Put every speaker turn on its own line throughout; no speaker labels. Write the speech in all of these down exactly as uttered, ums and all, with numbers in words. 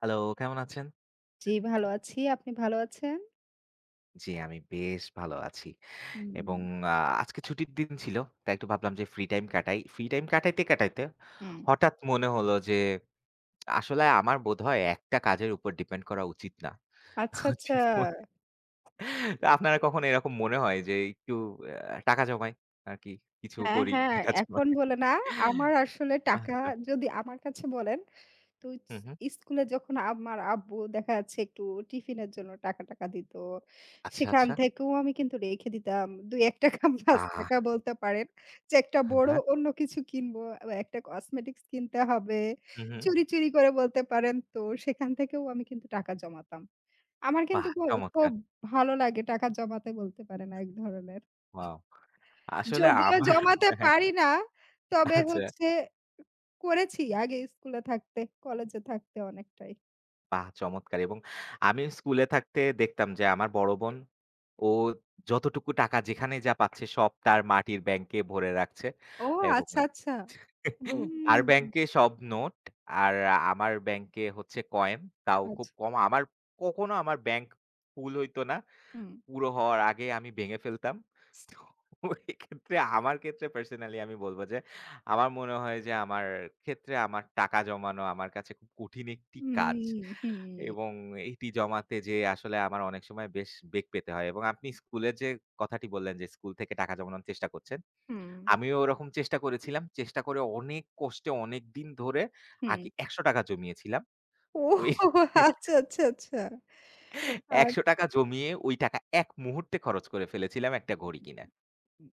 Hello, কেমন আছেন?
জি, ভালো আছি। আপনি ভালো আছেন?
জি, আমি বেশ ভালো আছি।
হুম,
এবং আ আজকে ছুটির দিন ছিল। তাই একটু ভাবলাম যে ফ্রি টাইম কাটাই। ফ্রি টাইম কাটাইতে, কাটাইতে
হুম।
হঠাৎ মনে হলো যে আসলে আমার বোধহয় একটা কাজের উপর ডিপেন্ড করা উচিত না।
আচ্ছা, আচ্ছা।
জীবন আপনারা কখনো এরকম মনে হয় যে একটু আ টাকা জমাই আরকি কিছু
হ্যাঁ,
করি,
হ্যাঁ।
টাকা জমাই।
এখন বলে না। আমার আসলে টাকা
আচ্ছা।
যদি আমার কাছে বলেন, তো
হুম, হুম।
ইস স্কুলে যখন আমার আব্বু দেখা যাচ্ছে একটু টিফিনের জন্য টাকা-টাকা দিত।
আচ্ছা,
সেখান
আচ্ছা।
থেকেও আমি কিন্তু রেখে দিতাম। ৳দুই টাকা-৳এক টাকা
বাহ!
৳পাঁচ টাকা বলতে পারেন। যে একটা
হ্যাঁ,
বড়
হ্যাঁ।
অন্য কিছু কিনবো, আ একটা কসমেটিক্স কিনতে হবে।
হুম, হুম।
চুরি, চুরি করে বলতে পারেন। তো সেখান থেকেও আমি কিন্তু টাকা জমাতাম। আমার কিন্তু
বাহ!
খু খুব
চমৎকার।
ভালো লাগে টাকা জমাতে বলতে পারেন এক ধরনের।
ওয়াও! আসলে
যদিও
আমার
জমাতে
হ্যাঁ, হ্যাঁ।
পারি না, তবে
আচ্ছা।
হচ্ছে করেছি আগে স্কুলে থাকতে, কলেজে থাকতে অনেকটাই।
বাহ! চমৎকার এবং আমি স্কুলে থাকতে দেখতাম যে আমার বড় বোন, ও যতটুকু টাকা যেখানে যা পাচ্ছে সব তার মাটির ব্যাংকে ভরে রাখছে
ও
এবং
আচ্ছা, আচ্ছা। হুম,
তার ব্যাংকে সব নোট আর আমার ব্যাংকে হচ্ছে কয়েন। তাও খুব
আচ্ছা।
কম। আমার কখনো আমার ব্যাংক ফুল হইতো না।
হুম,
পুরো হওয়ার আগে আমি ভেঙে ফেলতাম। তো এক্ষেত্রে আমার ক্ষেত্রে পার্সোনালি আমি বলব যে, আমার মনে হয় যে আমার ক্ষেত্রে আমার টাকা জমানো আমার কাছে খুব কঠিন একটি কাজ।
হুম, হুম,
এবং এটি জমাতে যেয়ে আসলে আমার অনেক সময় বেশ বেগ পেতে হয়। এবং আপনি স্কুলে যে কথাটি বললেন যে স্কুল থেকে টাকা জমানোর চেষ্টা করছেন।
হুম,
আমিও ওরকম চেষ্টা করেছিলাম। চেষ্টা করে অনেক কষ্টে অনেকদিন ধরে
হুম।
আগে ৳একশো টাকা জমিয়েছিলাম।
ওহ!
ওই
আচ্ছা, আচ্ছা, আচ্ছা।
৳একশো টাকা জমিয়ে ওই টাকা এক মুহূর্তে খরচ করে ফেলেছিলাম একটা ঘড়ি কিনে।
আ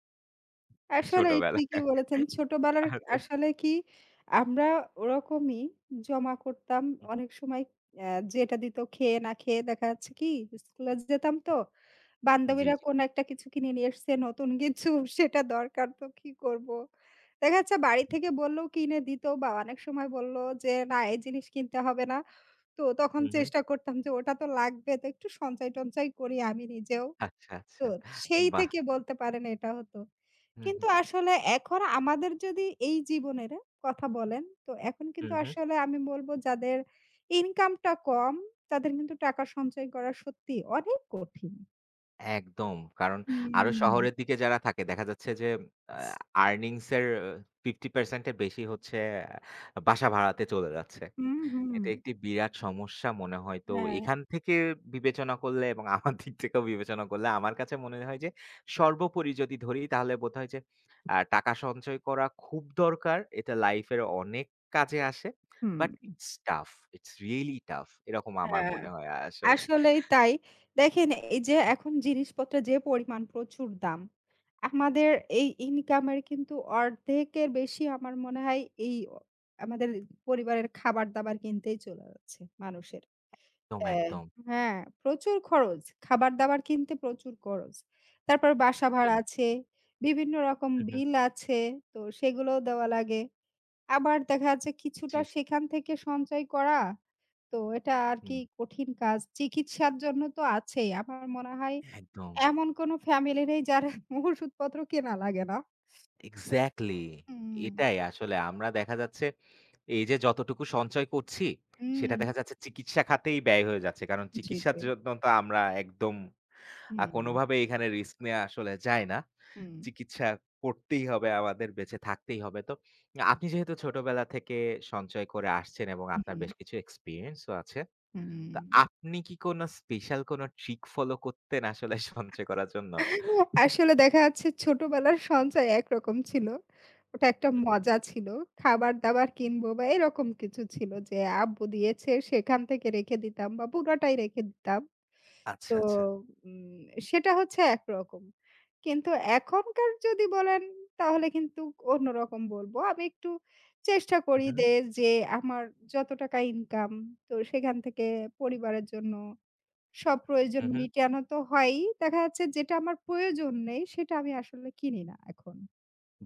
আসলেই ঠিকই
ছোটবেলায়।
বলেছেন। ছোটবেলার
আসলে
আসলে কি আমরা ওরকমই জমা করতাম। অনেক সময় অ্যা যেটা দিত খেয়ে না খেয়ে দেখা যাচ্ছে কি স্কুলে যেতাম তো
জি,
বান্ধবীরা
জি।
কোনো একটা কিছু কিনে নিয়ে এসছে নতুন কিছু সেটা দরকার তো কি করব? দেখা যাচ্ছে বাড়ি থেকে বললেও কিনে দিত বা অনেক সময় বলল যে, "না এই জিনিস কিনতে হবে না।" তো তখন
হু, হুম।
চেষ্টা করতাম যে ওটা তো লাগবে তো একটু সঞ্চয়-টঞ্চয় করি আমি নিজেও।
আচ্ছা,
তো
আচ্ছা।
সেই
বাহ!
থেকে বলতে পারেন এটা হতো।
হুম,
কিন্তু
হুম।
আসলে এখন আমাদের যদি এই জীবনের কথা বলেন, তো এখন
হু,
কিন্তু
হুম।
আসলে আমি বলব যাদের ইনকামটা কম, তাদের কিন্তু টাকা সঞ্চয় করা সত্যিই অনেক কঠিন।
একদম। কারণ আরো
হুম।
শহরের দিকে যারা থাকে দেখা যাচ্ছে যে আ আর্নিংস এর পঞ্চাশ পার্সেন্ট এর বেশি হচ্ছে বাসা ভাড়াতে চলে যাচ্ছে।
হুম, হুম।
এটা একটি বিরাট সমস্যা মনে হয়। তো
হ্যাঁ।
এখান থেকে বিবেচনা করলে এবং আমার দিক থেকেও বিবেচনা করলে আমার কাছে মনে হয় যে সর্বোপরি যদি ধরি তাহলে বোধহয় যে আ টাকা সঞ্চয় করা খুব দরকার। এটা লাইফের অনেক কাজে আসে।
হুম।
But it's tough. It's really tough. এরকম আমার
হ্যাঁ।
মনে হয় আসলে।
আসলেই তাই। দেখেন এই যে এখন জিনিসপত্রের যে পরিমাণ প্রচুর দাম। আমাদের এই ইনকামের কিন্তু অর্ধেকের বেশি আমার মনে হয় এই অ আমাদের পরিবারের খাবার-দাবার কিনতেই চলে যাচ্ছে মানুষের।
একদম,
দেয়।
একদম।
হ্যাঁ, প্রচুর খরচ। খাবার-দাবার কিনতে প্রচুর খরচ। তারপর বাসা ভাড়া
আসলে।
আছে, বিভিন্ন রকম
হু, হু।
বিল আছে, তো সেগুলোও দেওয়া লাগে। আবার দেখা যাচ্ছে
জি।
কিছুটা সেখান থেকে সঞ্চয় করা, তো এটা আর
হুম।
কি কঠিন কাজ। চিকিৎসার জন্য তো আছেই। আমার মনে হয়
একদম।
এমন কোনো ফ্যামিলি নেই যার ওষুধপত্র কেনা লাগে না।
এক্সাক্টলি।
হুম,
এটাই আসলে আমরা দেখা যাচ্ছে এই যে যতটুকু সঞ্চয় করছি,
হুম,
সেটা দেখা যাচ্ছে চিকিৎসা খাতেই ব্যয় হয়ে যাচ্ছে। কারণ
জি,
চিকিৎসার
জি।
জন্য তো আমরা একদম আ
হুম,
কোনোভাবেই এখানে রিস্ক নেয়া আসলে যায় না।
হুম,
চিকিৎসা করতেই হবে আমাদের, বেঁচে থাকতেই হবে। তো আপনি যেহেতু ছোটবেলা থেকে সঞ্চয় করে আসছেন এবং আপনার
হুম,
বেশ কিছু এক্সপেরিয়েন্স ও আছে।
হুম।
তো আপনি কি কোনো স্পেশাল কোনো ট্রিক ফলো করতেন আসলে সঞ্চয় করার জন্য?
আসলে দেখা যাচ্ছে ছোটবেলার সঞ্চয় একরকম ছিল। ওটা একটা
হুম।
মজা ছিল। খাবার-দাবার কিনবো বা এরকম কিছু ছিল যে আব্বু দিয়েছে সেখান থেকে রেখে দিতাম বা পুরাটাই রেখে দিতাম।
আচ্ছা,
তো
আচ্ছা।
উম সেটা হচ্ছে একরকম। কিন্তু এখনকার যদি বলেন তাহলে কিন্তু অন্যরকম বলবো। আমি একটু চেষ্টা করি
হুম, হুম,
দে যে আমার যত টাকা ইনকাম তো সেখান থেকে পরিবারের জন্য সব প্রয়োজন
হুম, হুম।
মিটানো তো হয়ই। দেখা যাচ্ছে যেটা আমার প্রয়োজন নেই সেটা আমি আসলে কিনি না এখন।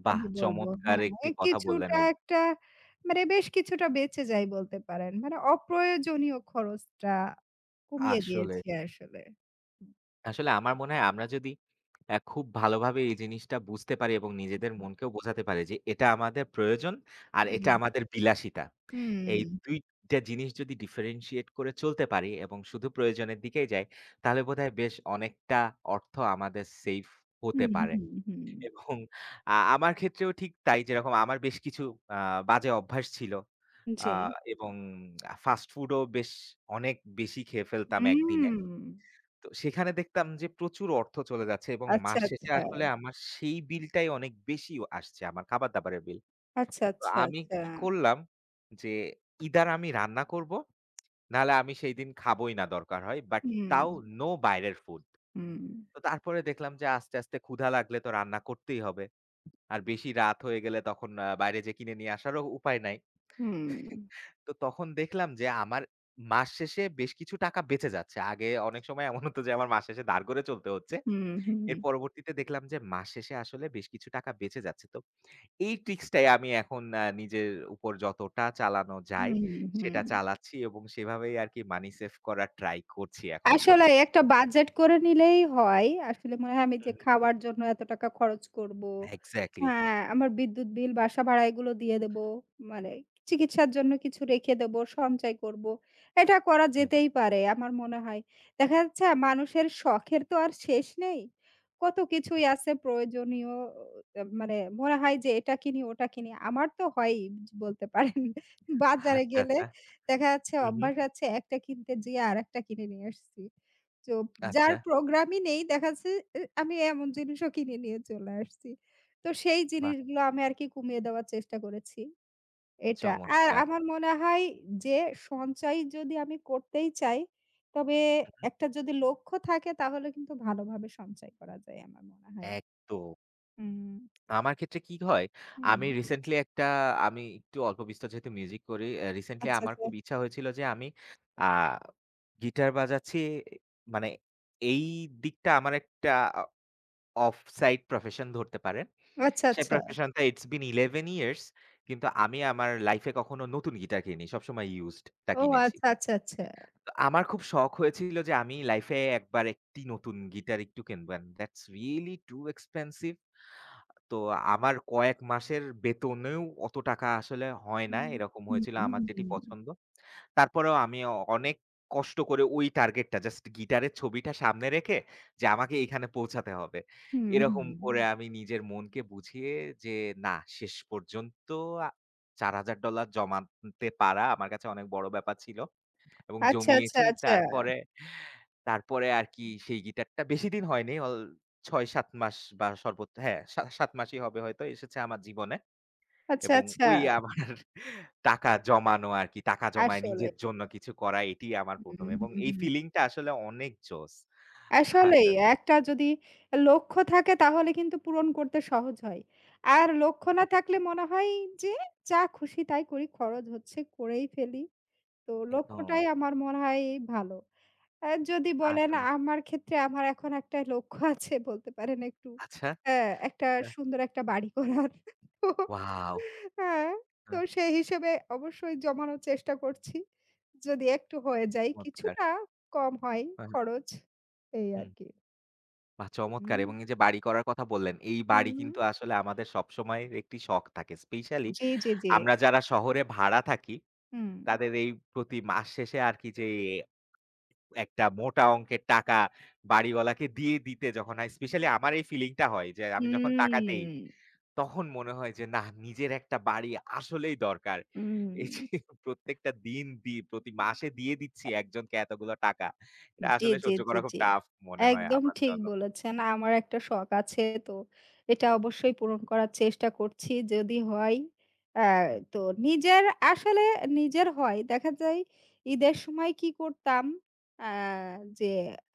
বাহ!
আমি বলবো
চমৎকার
হ্যাঁ,
একটি
এ
কথা বললেন
কিছুটা
এই
একটা মানে বেশ কিছুটা বেঁচে যাই বলতে পারেন। মানে অপ্রয়োজনীয় খরচটা কমিয়ে
আসলে।
দিয়েছি আসলে।
আসলে আমার মনে হয় আমরা যদি অ্যা খুব ভালোভাবে এই জিনিসটা বুঝতে পারি এবং নিজেদের মনকেও বোঝাতে পারি যে এটা আমাদের প্রয়োজন আর এটা আমাদের বিলাসিতা। এই
হুম,
দুই টা জিনিস যদি differentiate করে চলতে পারি এবং শুধু প্রয়োজনের দিকেই যাই, তাহলে বোধহয় বেশ অনেকটা অর্থ আমাদের সেইভ হতে
হুম,
পারে।
হুম, হুম।
এবং আ আমার ক্ষেত্রেও ঠিক তাই যেরকম আমার বেশ কিছু আ বাজে অভ্যাস ছিল। আ
জি।
এবং ফাস্ট ফুডও বেশ অনেক বেশি খেয়ে ফেলতাম
হুম।
একদিনে। তো সেখানে দেখতাম যে প্রচুর অর্থ চলে যাচ্ছে এবং
আচ্ছা,
মাস শেষে
আচ্ছা।
আসলে আমার সেই বিলটাই অনেক বেশি আসছে আমার খাবার-দাবারের বিল।
আচ্ছা,
তো
আচ্ছা,
আমি
আচ্ছা।
কি করলাম যে ইদার আমি রান্না করব, নাহলে আমি সেইদিন খাবোই না দরকার হয়। বাট
হুম,
তাও নো বাইরের ফুড।
হুম,
তো তারপরে দেখলাম যে আস্তে, আস্তে ক্ষুধা লাগলে তো রান্না করতেই হবে। আর বেশি রাত হয়ে গেলে তখন আ বাইরে যেয়ে কিনে নিয়ে আসারও উপায় নাই।
হুম,
তো তখন দেখলাম যে আমার মাস শেষে বেশ কিছু টাকা বেঁচে যাচ্ছে। আগে অনেক সময় এমন হতো যে আমার মাস শেষে ধার করে চলতে হচ্ছে।
হুম, হুম,
এর পরবর্তীতে দেখলাম যে মাস শেষে আসলে বেশ কিছু টাকা বেঁচে যাচ্ছে। তো এই ট্রিক্সটাই আমি এখন আ নিজের উপর যতটা চালানো যায়
হুম, হুম।
সেটা চালাচ্ছি এবং সেভাবেই আরকি মানি সেভ করার ট্রাই করছি এখনো
আসলে
পর্যন্ত।
একটা বাজেট করে নিলেই হয়। আসলে মনে হয় আমি যে
হুম, হুম।
খাওয়ার জন্য এত টাকা খরচ করব।
এক্সাক্টলি।
হ্যাঁ, আমার বিদ্যুৎ বিল, বাসা ভাড়া এগুলো দিয়ে দেব। মানে চিকিৎসার জন্য কিছু রেখে দেব, সঞ্চয় করব। এটা করা
হুম।
যেতেই পারে আমার মনে হয়। দেখা যাচ্ছে মানুষের শখের তো আর শেষ নেই। কত কিছুই আছে প্রয়োজনীয় অ মানে মনে হয় যে এটা কিনি, ওটা কিনি। আমার তো হয়ই বলতে পারেন বাজারে
আচ্ছা,
গেলে
আচ্ছা।
দেখা যাচ্ছে
হু, হু।
অভ্যাস আছে একটা কিনতে যেয়ে আরেকটা কিনে নিয়ে আসছি। তো যার
আচ্ছা।
প্রোগ্রামই নেই দেখা যাচ্ছে এ আমি এমন জিনিসও কিনে নিয়ে চলে আসছি। তো সেই
বাহ!
জিনিসগুলো আমি আরকি কমিয়ে দেওয়ার চেষ্টা করেছি। এটা। আর
চমৎকার।
আমার মনে হয় যে সঞ্চয় যদি আমি করতেই চাই, তবে একটা যদি লক্ষ্য থাকে তাহলে কিন্তু ভালোভাবে সঞ্চয় করা যায় আমার মনে হয়।
একদম।
হুম,
আমার ক্ষেত্রে কি হয়,
হুম।
আমি রিসেন্টলি একটা আমি একটু অল্প বিস্তর যেহেতু মিউজিক করি, অ্যা রিসেন্টলি
আচ্ছা,
আমার
আচ্ছা।
খুব ইচ্ছা হয়েছিল যে আমি আ গিটার বাজাচ্ছি মানে এই দিকটা আমার একটা অ অফ সাইড প্রফেশন ধরতে পারেন।
আচ্ছা,
সেই
আচ্ছা।
প্রফেশনটা ইটস বিন এগারো ইয়ার্স কিন্তু আমি আমার লাইফে কখনো নতুন গিটার কিনিনি। সবসময় ইউজড টা
ও
কিনেছি।
আচ্ছা, আচ্ছা, আচ্ছা।
তো আমার খুব শখ হয়েছিল যে আমি লাইফে একবার একটি নতুন গিটার একটু কিনবেন। That's really too expensive. তো আমার কয়েক মাসের বেতনেও অত টাকা আসলে হয় না।
হুম।
এরকম
হুম,
হয়েছিল
হুম,
আমার
হুম,
যেটি
হুম।
পছন্দ। তারপরেও আমি অ অনেক কষ্ট করে ওই টার্গেটটা জাস্ট গিটারের ছবিটা সামনে রেখে যে আমাকে এখানে পৌঁছাতে হবে।
হুম
এরকম করে আমি নিজের মনকে বুঝিয়ে যে না শেষ পর্যন্ত আ চার হাজার ডলার জমাতে পারা আমার কাছে অনেক বড় ব্যাপার ছিল। এবং
আচ্ছা, আচ্ছা,
জমিয়েছি।
আচ্ছা।
তারপরে, তারপরে আরকি সেই গিটারটা বেশিদিন হয়নি। অল ছয় সাত মাস বা সর্বোচ্চ হ্যাঁ, সা সাত মাসই হবে হয়তো এসেছে আমার জীবনে।
আচ্ছা,
এবং
আচ্ছা।
ওই আমার টাকা জমানো আরকি। টাকা জমায়
আসলেই।
নিজের জন্য কিছু করা এটি আমার ১ম
হুম,
এবং
হুম,
এই
হুম।
ফিলিংটা আসলে অনেক জোস।
আসলেই
আসলে
একটা যদি লক্ষ্য থাকে তাহলে কিন্তু পূরণ করতে সহজ হয়। আর লক্ষ্য না
একদম,
থাকলে মনে হয় যে যা খুশি তাই করি খরচ হচ্ছে করেই ফেলি। তো
একদম
লক্ষ্যটাই আমার মনে হয় ভালো। অ্যা যদি বলেন
আসলে
আমার ক্ষেত্রে আমার এখন একটা লক্ষ্য আছে বলতে পারেন একটু
আচ্ছা।
অ্যা একটা
হ্যাঁ,
সুন্দর একটা বাড়ি করার। তো
ওয়াও!
হ্যাঁ, তো
হ্যাঁ,
সেই হিসেবে অবশ্যই জমানোর চেষ্টা করছি। যদি একটু হয়ে যায়
চমৎকার।
কিছুটা কম হয়
হ্যাঁ, হ্যাঁ।
খরচ এই
হুম।
আরকি।
বাহ! চমৎকার
হুম।
এবং এই যে বাড়ি করার কথা বললেন, এই বাড়ি
হুম,
কিন্তু আসলে আমাদের সবসময়ের একটি শখ থাকে। স্পেশালি
জি, জি, জি।
আমরা যারা শহরে ভাড়া থাকি,
হুম।
তাদের এই প্রতি মাস শেষে আর কি যে একটা মোটা অঙ্কের টাকা বাড়িওয়ালাকে দিয়ে দিতে যখন হয়, স্পেশালি আমার এই ফিলিংটা হয় যে আমি যখন টাকা দেই,
হুম,
তখন মনে হয় যে না নিজের একটা বাড়ি আসলেই দরকার।
হুম।
এই যে প্রত্যেকটা দিন দি প্রতি মাসে দিয়ে দিচ্ছি একজনকে এতগুলো টাকা। এটা
জি,
আসলে
জি,
সহ্য
জি,
করা খুব
জি।
টাফ মনে হয়
একদম
আমার
ঠিক
জন্য।
বলেছেন। আমার একটা শখ আছে তো এটা অবশ্যই পূরণ করার চেষ্টা করছি যদি হয়। আ
হুম।
তো নিজের আসলে নিজের হয়। দেখা যায় ঈদের সময় কি করতাম আ যে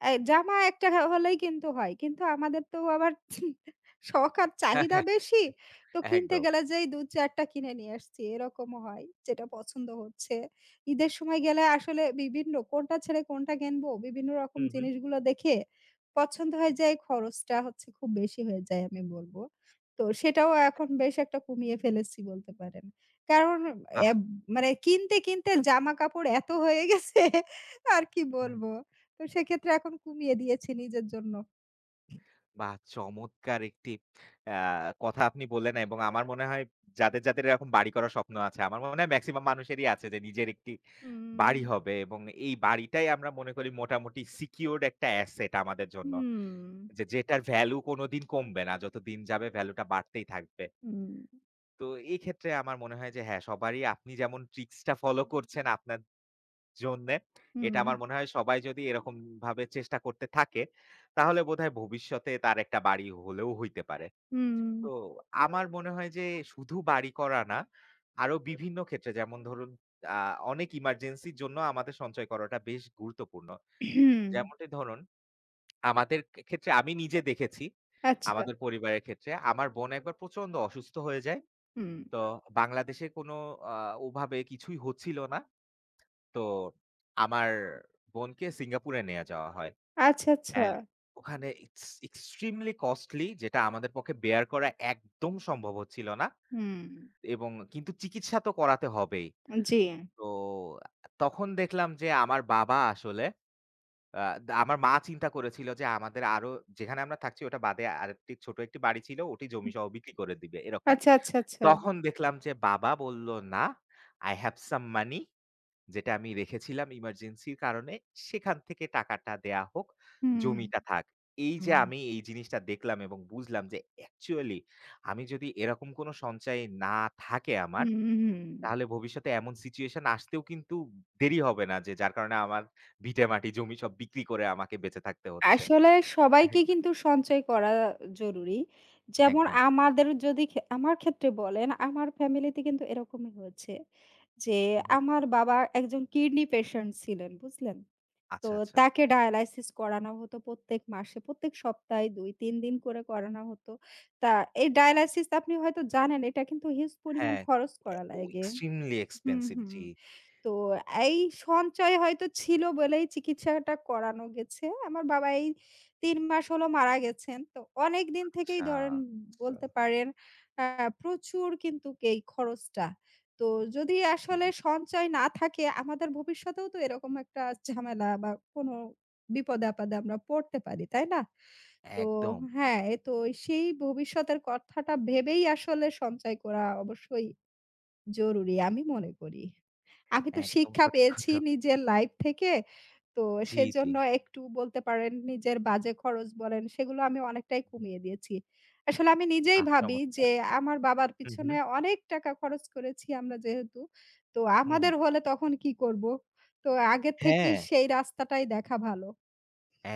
এ জামা একটা হ হলেই কিন্তু হয়। কিন্তু আমাদের তো আবার শখ আর চাহিদা
হ্যাঁ,
বেশি। তো
হ্যাঁ,
কিনতে
একদম।
গেলে যেই দুই চারটা টা কিনে নিয়ে আসছি এরকমও হয় যেটা পছন্দ হচ্ছে। ঈদের সময় গেলে আসলে বিভিন্ন কোনটা ছেড়ে কোনটা কিনবো বিভিন্ন রকম
হুম, হুম।
জিনিসগুলো দেখে পছন্দ হয়ে যায় খরচটা হচ্ছে খুব বেশি হয়ে যায় আমি বলব। তো সেটাও এখন বেশ একটা কমিয়ে ফেলেছি বলতে পারেন। কারণ
বাহ!
এব মানে কিনতে, কিনতে জামাকাপড় এত হয়ে গেছে আর কি
হ্যাঁ,
বলবো। তো সেক্ষেত্রে এখন কমিয়ে দিয়েছি নিজের জন্য।
বাহ! চমৎকার একটি আ কথা আপনি বললেন এবং আমার মনে হয় যাদের, যাদের এরকম বাড়ি করার স্বপ্ন আছে, আমার মনে হয় মেক্সিমাম মানুষেরই আছে যে নিজের একটি
হুম।
বাড়ি হবে এবং এই বাড়িটাই আমরা মনে করি মোটামুটি সিকিউরড একটা অ্যাসেট আমাদের জন্য।
হুম,
যে যেটার ভ্যালু কোনদিন কমবে না। যত দিন যাবে ভ্যালুটা বাড়তেই থাকবে।
হুম,
তো এই ক্ষেত্রে আমার মনে হয় যে হ্যাঁ, সবারই আপনি যেমন ট্রিক্সটা ফলো করছেন আপনার জন্যে। এটা
হুম,
আমার মনে হয় সবাই যদি এরকমভাবে চেষ্টা করতে থাকে, তাহলে বোধহয় ভবিষ্যতে তার একটা বাড়ি হলেও হইতে পারে।
হুম,
তো আমার মনে হয় যে শুধু বাড়ি করা না, আরো বিভিন্ন ক্ষেত্রে যেমন ধরুন আ অনেক ইমার্জেন্সির জন্য আমাদের সঞ্চয় করাটা বেশ গুরুত্বপূর্ণ। যেমনটি ধরুন আমাদের খে ক্ষেত্রে আমি নিজে দেখেছি,
আচ্ছা,
আমাদের পরিবারের ক্ষেত্রে আমার বোন একবার প্রচন্ড অসুস্থ হয়ে যায়।
হুম,
তো বাংলাদেশে কোনো আ ওভাবে কিছুই হচ্ছিল না। তো আমার বোনকে সিঙ্গাপুরে নিয়ে যাওয়া হয়।
আচ্ছা, আচ্ছা,
অ্যান্ড ওখানে ইটস এক্সট্রিমলি কস্টলি যেটা আমাদের পক্ষে বেয়ার করা একদম সম্ভব হচ্ছিল না।
হুম।
এবং কিন্তু চিকিৎসা তো করাতে হবেই।
জি।
তো তখন দেখলাম যে আমার বাবা আসলে আ আমার মা চিন্তা করেছিল যে আমাদের আরো যেখানে আমরা থাকছি ওটা বাদে আরেকটি ছোট একটি বাড়ি ছিল ওটি জমিসহ বিক্রি করে দিবে এরকম।
আচ্ছা, আচ্ছা, আচ্ছা।
তখন দেখলাম যে বাবা বলল, "না, I have some money" যেটা আমি রেখেছিলাম ইমার্জেন্সির কারণে, সেখান থেকে টাকাটা দেয়া হোক,
হুম।
জমিটা থাক। এই যে
হুম,
আমি এই জিনিসটা দেখলাম এবং বুঝলাম যে অ্যাকচুয়ালি আমি যদি এরকম কোনো সঞ্চয় না থাকে আমার,
হুম, হুম।
তাহলে ভবিষ্যতে এমন সিচুয়েশন আসতেও কিন্তু দেরি হবে না যে যার কারণে আমার ভিটেমাটি, জমি সব বিক্রি করে আমাকে বেঁচে থাকতে হচ্ছে।
আসলে সবাইকে
একদম।
কিন্তু সঞ্চয় করা জরুরি। যেমন
একদম।
আমাদের যদি খে আমার ক্ষেত্রে বলেন, আমার ফ্যামিলিতে কিন্তু এরকমই হয়েছে যে,
হু, হু।
আমার বাবা একজন কিডনি পেশেন্ট ছিলেন, বুঝলেন? তো
আচ্ছা, আচ্ছা।
তাকে ডায়ালাইসিস করানো হতো প্রত্যেক মাসে, প্রত্যেক সপ্তাহে দুই তিন দিন করে করানো হতো। তা এই ডায়ালাইসিস আপনি হয়তো জানেন, এটা কিন্তু হিউজ পরিমাণ
হ্যাঁ,
খরচ করা
ও
লাগে।
এক্সট্রিমলি
হুম,
এক্সপেনসিভ
হুম।
জি।
তো এই সঞ্চয় হয়তো ছিল বলেই চিকিৎসাটা করানো গেছে। আমার বাবা এই তিন মাস হলো মারা গেছেন। তো অনেকদিন থেকেই
আচ্ছা।
ধরেন
আচ্ছা।
বলতে পারেন আ প্রচুর কিন্তু এই খরচটা। তো যদি
জি,
আসলে
জি।
সঞ্চয় না থাকে আমাদের ভবিষ্যতেও তো এরকম একটা ঝামেলা বা কোনো বিপদে-আপদে আমরা পড়তে পারি, তাই না? তো
একদম,
হ্যাঁ, এ তো সেই ভবিষ্যতের কথাটা ভেবেই আসলে সঞ্চয় করা অবশ্যই জরুরি আমি মনে করি। আমি তো
একদম
শিক্ষা
সঠিক
পেয়েছি
কথা।
নিজের লাইফ থেকে। তো
জি, জি।
সেজন্য একটু বলতে পারেন নিজের বাজে খরচ বলেন সেগুলো আমি অনেকটাই কমিয়ে দিয়েছি। আসলে আমি নিজেই
বাহ!
ভাবি যে
চমৎকার।
আমার বাবার
হুম, হুম।
পিছনে অনেক টাকা খরচ করেছি আমরা যেহেতু, তো
হুম,
আমাদের
হুম।
হলে তখন কি করব? তো আগের থেকেই
হ্যাঁ,
সেই রাস্তাটাই দেখা ভালো।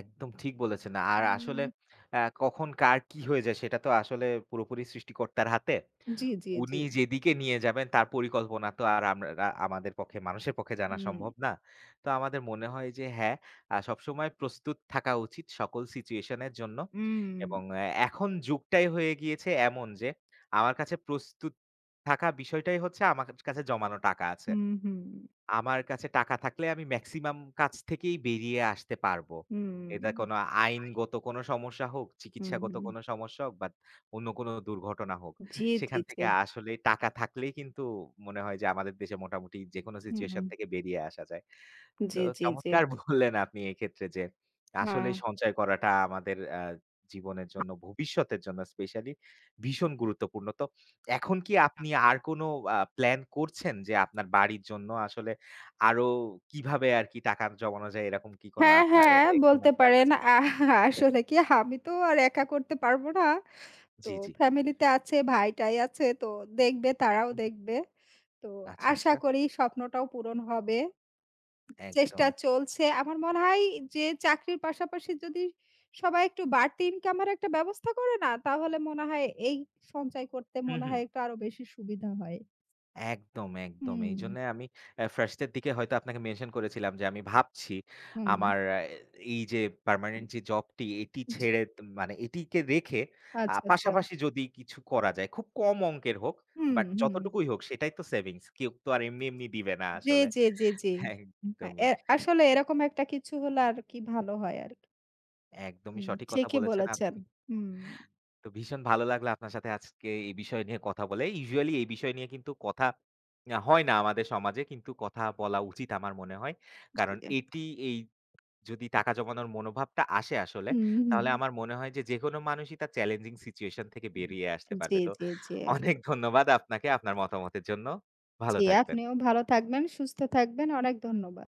একদম ঠিক বলেছেন। আর আসলে
উম
আ কখন কার কি হয়ে যায় সেটা তো আসলে পুরোপুরি সৃষ্টিকর্তার হাতে।
জি, জি, জি।
উনি যেদিকে নিয়ে যাবেন তার পরিকল্পনা তো আর আমরা আমাদের পক্ষে মানুষের পক্ষে জানা
হুম,
সম্ভব না। তো আমাদের মনে হয় যে হ্যাঁ, আ সবসময় প্রস্তুত থাকা উচিত সকল সিচুয়েশন এর জন্য। এবং
উম
অ্যা এখন যুগটাই হয়ে গিয়েছে এমন যে আমার কাছে প্রস্তুত থাকা বিষয়টাই হচ্ছে আমার কাছে জমানো টাকা আছে।
হুম, হুম,
আমার কাছে টাকা থাকলে আমি মেক্সিমাম কাজ থেকেই বেরিয়ে আসতে পারবো।
হুম,
এটা কোনো আইনগত কোনো সমস্যা হোক, চিকিৎসাগত
হুম,
কোনো সমস্যা হোক বা অন্য কোনো দুর্ঘটনা হোক।
জি, জি,
সেখান
জি।
থেকে আসলে টাকা থাকলেই কিন্তু মনে হয় যে আমাদের দেশে মোটামুটি যেকোনো
হুম,
সিচুয়েশন
হুম
থেকে বেরিয়ে আসা যায়। তো
জি, জি, জি।
চমৎকার বললেন আপনি এক্ষেত্রে যে,
হ্যাঁ।
আসলেই সঞ্চয় করাটা আমাদের আ জীবনের জন্য, ভবিষ্যতের জন্য স্পেশালি ভীষণ গুরুত্বপূর্ণ। তো এখন কি আপনি আর কোনো আ প্ল্যান করছেন যে, আপনার বাড়ির জন্য আসলে আরো কিভাবে আরকি টাকা জমানো যায় এরকম কি কোনো
হ্যাঁ,
আপনার
হ্যাঁ
এ কোনো
বলতে
প্ল্যান
পারেন।
আছে?
আহ আসলে কি আমি তো আর একা করতে পারবো না। তো
জি, জি।
ফ্যামিলিতে আছে, ভাই-টাই আছে। তো দেখবে, তারাও
হুম,
দেখবে। তো
আচ্ছা,
আশা
আচ্ছা।
করি স্বপ্নটাও পূরণ হবে। চেষ্টা
একদম।
চলছে। আমার মনে হয় যে চাকরির পাশাপাশি যদি সবাই একটু বাড়তি ইনকামের একটা ব্যবস্থা করে না, তাহলে মনে হয় এই সঞ্চয় করতে
হুম,
মনে
হুম।
হয় একটু আরো বেশি সুবিধা হয়।
একদম, একদম।
হুম,
এইজন্য আমি অ্যা ফার্স্টের দিকে হয়তো আপনাকে মেনশন করেছিলাম যে আমি ভাবছি
হুম।
আমার আ এই যে পার্মানেন্ট যে জবটি এটি ছেড়ে ত- মানে এটিকে রেখে আ
আচ্ছা, আচ্ছা।
পাশাপাশি যদি কিছু করা যায় খুব কম অঙ্কের হোক
হুম,
বাট
হুম।
যতটুকুই হোক সেটাই তো সেভিংস। কেউ তো আর এমনি, এমনি দিবে না
জি,
আসলে।
জি, জি, জি। আ
একদমই,
এ আসলে এরকম একটা কিছু হলে আর কি ভালো হয় আরকি।
একদমই
হুম,
সঠিক কথা
ঠিকই
বলেছেন
বলেছেন।
আপনি।
হুম,
তো ভীষণ ভালো লাগলো আপনার সাথে আজকে এই বিষয় নিয়ে কথা বলে। ইউজুয়ালি এই বিষয় নিয়ে কিন্তু কথা আ হয় না আমাদের সমাজে। কিন্তু কথা বলা উচিত আমার মনে হয়। কারণ
জি।
এটি এই যদি টাকা জমানোর মনোভাবটা আসে আসলে,
হুম, হুম।
তাহলে আমার মনে হয় যে যেকোনো মানুষই তার চ্যালেঞ্জিং সিচুয়েশন থেকে বেরিয়ে আসতে
হুম। জি,
পারবে। তো
জি, জি।
অনেক ধন্যবাদ আপনাকে আপনার মতামতের জন্য। ভালো
জি,
থাকবেন।
আপনিও ভালো থাকবেন, সুস্থ থাকবেন। অনেক ধন্যবাদ।